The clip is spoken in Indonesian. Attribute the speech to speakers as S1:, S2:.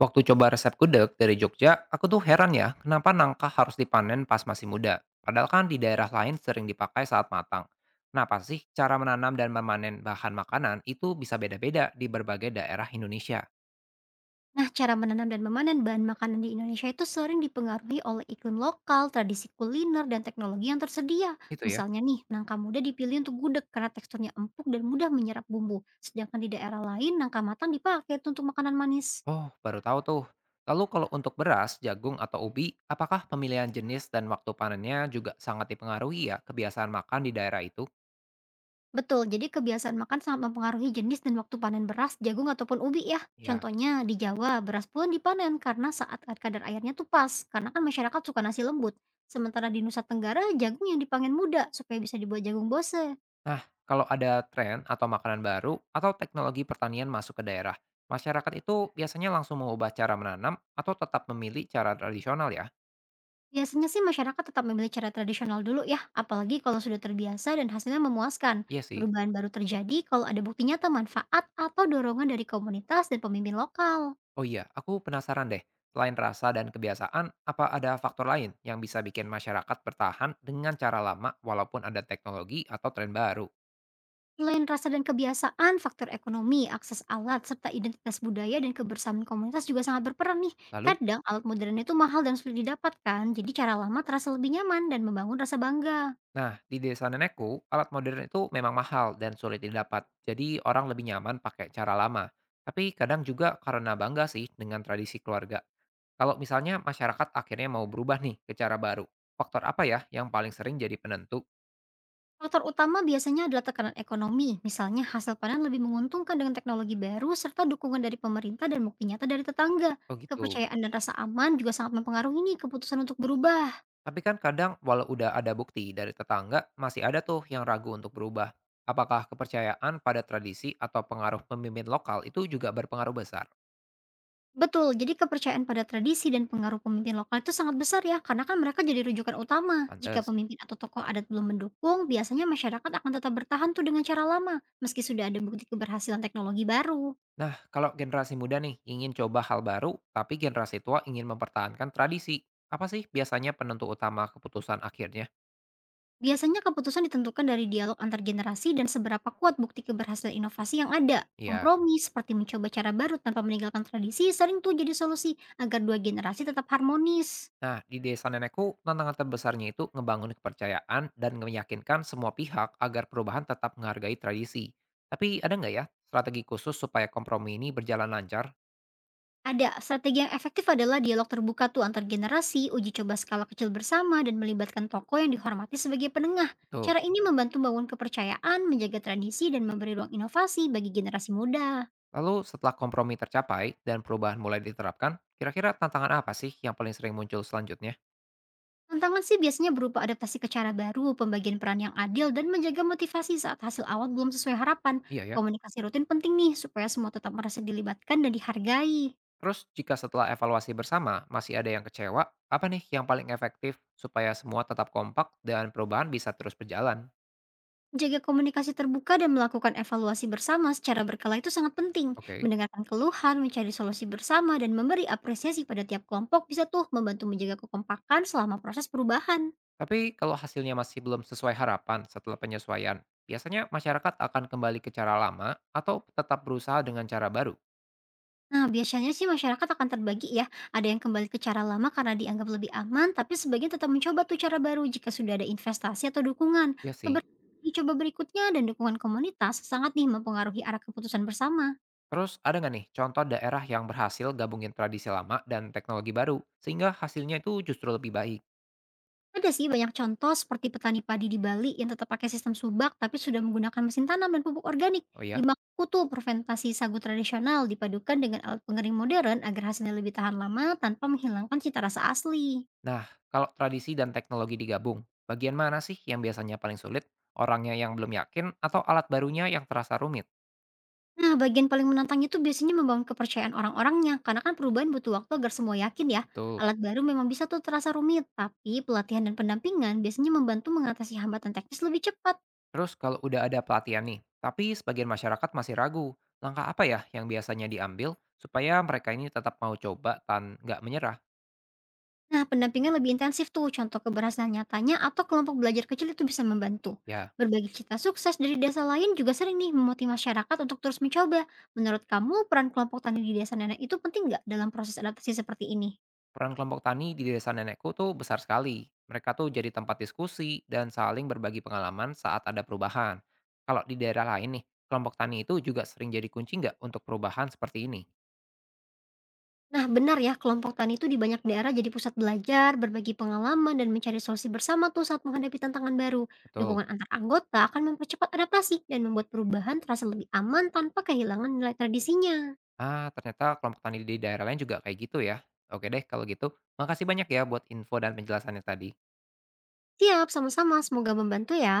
S1: Waktu coba resep gudeg dari Jogja, aku tuh heran ya, kenapa nangka harus dipanen pas masih muda? Padahal kan di daerah lain sering dipakai saat matang. Kenapa sih cara menanam dan memanen bahan makanan itu bisa beda-beda di berbagai daerah Indonesia?
S2: Nah, cara menanam dan memanen bahan makanan di Indonesia itu sering dipengaruhi oleh iklim lokal, tradisi kuliner, dan teknologi yang tersedia.
S1: Itu ya.
S2: Misalnya nih, nangka muda dipilih untuk gudeg karena teksturnya empuk dan mudah menyerap bumbu. Sedangkan di daerah lain, nangka matang dipakai untuk makanan manis.
S1: Oh, baru tahu tuh. Lalu kalau untuk beras, jagung, atau ubi, apakah pemilihan jenis dan waktu panennya juga sangat dipengaruhi ya kebiasaan makan di daerah itu?
S2: Betul, jadi kebiasaan makan sangat mempengaruhi jenis dan waktu panen beras, jagung, ataupun ubi ya.
S1: Ya.
S2: Contohnya, di Jawa, beras pun dipanen karena saat kadar airnya tuh pas, karena kan masyarakat suka nasi lembut. Sementara di Nusa Tenggara, jagung yang dipanen muda supaya bisa dibuat jagung bose.
S1: Nah, kalau ada tren atau makanan baru atau teknologi pertanian masuk ke daerah, masyarakat itu biasanya langsung mengubah cara menanam atau tetap memilih cara tradisional ya?
S2: Biasanya sih masyarakat tetap memilih cara tradisional dulu ya, apalagi kalau sudah terbiasa dan hasilnya memuaskan.
S1: Iya sih.
S2: Perubahan baru terjadi kalau ada bukti nyata manfaat atau dorongan dari komunitas dan pemimpin lokal.
S1: Oh iya, aku penasaran deh. Selain rasa dan kebiasaan, apa ada faktor lain yang bisa bikin masyarakat bertahan dengan cara lama walaupun ada teknologi atau tren baru?
S2: Selain rasa dan kebiasaan, faktor ekonomi, akses alat, serta identitas budaya dan kebersamaan komunitas juga sangat berperan nih.
S1: Lalu?
S2: Kadang alat modern itu mahal dan sulit didapatkan, jadi cara lama terasa lebih nyaman dan membangun rasa bangga.
S1: Nah, di desa nenekku, alat modern itu memang mahal dan sulit didapat. Jadi orang lebih nyaman pakai cara lama. Tapi kadang juga karena bangga sih dengan tradisi keluarga. Kalau misalnya masyarakat akhirnya mau berubah nih ke cara baru, faktor apa ya yang paling sering jadi penentu?
S2: Faktor utama biasanya adalah tekanan ekonomi, misalnya hasil panen lebih menguntungkan dengan teknologi baru serta dukungan dari pemerintah dan bukti nyata dari tetangga.
S1: Oh gitu.
S2: Kepercayaan dan rasa aman juga sangat mempengaruhi nih keputusan untuk berubah.
S1: Tapi kan kadang walau udah ada bukti dari tetangga, masih ada tuh yang ragu untuk berubah. Apakah kepercayaan pada tradisi atau pengaruh pemimpin lokal itu juga berpengaruh besar?
S2: Betul, jadi kepercayaan pada tradisi dan pengaruh pemimpin lokal itu sangat besar ya, karena kan mereka jadi rujukan utama. Jika
S1: Pantes.
S2: pemimpin atau tokoh adat belum mendukung, biasanya masyarakat akan tetap bertahan tuh dengan cara lama, meski sudah ada bukti keberhasilan teknologi baru.
S1: Nah, kalau generasi muda nih ingin coba hal baru, tapi generasi tua ingin mempertahankan tradisi, apa sih biasanya penentu utama keputusan akhirnya?
S2: Biasanya keputusan ditentukan dari dialog antar generasi dan seberapa kuat bukti keberhasilan inovasi yang ada.
S1: Iya.
S2: Kompromi seperti mencoba cara baru tanpa meninggalkan tradisi sering tuh jadi solusi agar dua generasi tetap harmonis.
S1: Nah, di desa nenekku, tantangan terbesarnya itu ngebangun kepercayaan dan meyakinkan semua pihak agar perubahan tetap menghargai tradisi. Tapi ada nggak ya strategi khusus supaya kompromi ini berjalan lancar?
S2: Ada strategi yang efektif adalah dialog terbuka tuh antar generasi, uji coba skala kecil bersama dan melibatkan tokoh yang dihormati sebagai penengah.
S1: Betul.
S2: Cara ini membantu membangun kepercayaan, menjaga tradisi dan memberi ruang inovasi bagi generasi muda.
S1: Lalu setelah kompromi tercapai dan perubahan mulai diterapkan, kira-kira tantangan apa sih yang paling sering muncul selanjutnya?
S2: Tantangan sih biasanya berupa adaptasi ke cara baru, pembagian peran yang adil, dan menjaga motivasi saat hasil awal belum sesuai harapan.
S1: Iya ya.
S2: Komunikasi rutin penting nih, supaya semua tetap merasa dilibatkan dan dihargai.
S1: Terus jika setelah evaluasi bersama masih ada yang kecewa, apa nih yang paling efektif supaya semua tetap kompak dan perubahan bisa terus berjalan?
S2: Jaga komunikasi terbuka dan melakukan evaluasi bersama secara berkala itu sangat penting.
S1: Oke.
S2: Mendengarkan keluhan, mencari solusi bersama, dan memberi apresiasi pada tiap kelompok bisa tuh membantu menjaga kekompakan selama proses perubahan.
S1: Tapi kalau hasilnya masih belum sesuai harapan setelah penyesuaian, biasanya masyarakat akan kembali ke cara lama atau tetap berusaha dengan cara baru?
S2: Nah, biasanya sih masyarakat akan terbagi ya. Ada yang kembali ke cara lama karena dianggap lebih aman, tapi sebagian tetap mencoba tuh cara baru jika sudah ada investasi atau dukungan.
S1: Iya sih.
S2: Keberanian coba berikutnya dan dukungan komunitas sangat nih mempengaruhi arah keputusan bersama.
S1: Terus ada nggak nih contoh daerah yang berhasil gabungin tradisi lama dan teknologi baru sehingga hasilnya itu justru lebih baik?
S2: Ada sih banyak contoh seperti petani padi di Bali yang tetap pakai sistem subak tapi sudah menggunakan mesin tanam dan pupuk organik.
S1: Oh
S2: Di
S1: ya?
S2: Maluku tuh fermentasi sagu tradisional dipadukan dengan alat pengering modern agar hasilnya lebih tahan lama tanpa menghilangkan cita rasa asli.
S1: Nah, kalau tradisi dan teknologi digabung, bagian mana sih yang biasanya paling sulit? Orangnya yang belum yakin atau alat barunya yang terasa rumit?
S2: Nah, bagian paling menantang itu biasanya membangun kepercayaan orang-orangnya, karena kan perubahan butuh waktu agar semua yakin ya.
S1: Betul.
S2: Alat baru memang bisa tuh terasa rumit, tapi pelatihan dan pendampingan biasanya membantu mengatasi hambatan teknis lebih cepat.
S1: Terus kalau udah ada pelatihan nih, tapi sebagian masyarakat masih ragu, langkah apa ya yang biasanya diambil supaya mereka ini tetap mau coba dan nggak menyerah?
S2: Nah, pendampingan lebih intensif tuh, contoh keberhasilan nyatanya atau kelompok belajar kecil itu bisa membantu.
S1: Ya,
S2: Berbagi cerita sukses dari desa lain juga sering nih memotivasi masyarakat untuk terus mencoba. Menurut kamu, peran kelompok tani di desa nenek itu penting nggak dalam proses adaptasi seperti ini?
S1: peran kelompok tani di desa nenekku tuh besar sekali. Mereka tuh jadi tempat diskusi dan saling berbagi pengalaman saat ada perubahan. Kalau di daerah lain nih, kelompok tani itu juga sering jadi kunci nggak untuk perubahan seperti ini?
S2: Nah, benar ya, kelompok tani itu di banyak daerah jadi pusat belajar, berbagi pengalaman, dan mencari solusi bersama tuh saat menghadapi tantangan baru.
S1: Betul.
S2: Dukungan antar anggota akan mempercepat adaptasi dan membuat perubahan terasa lebih aman tanpa kehilangan nilai tradisinya.
S1: Ah, ternyata kelompok tani di daerah lain juga kayak gitu ya. Oke deh kalau gitu, makasih banyak ya buat info dan penjelasannya tadi.
S2: Siap, sama-sama, semoga membantu ya.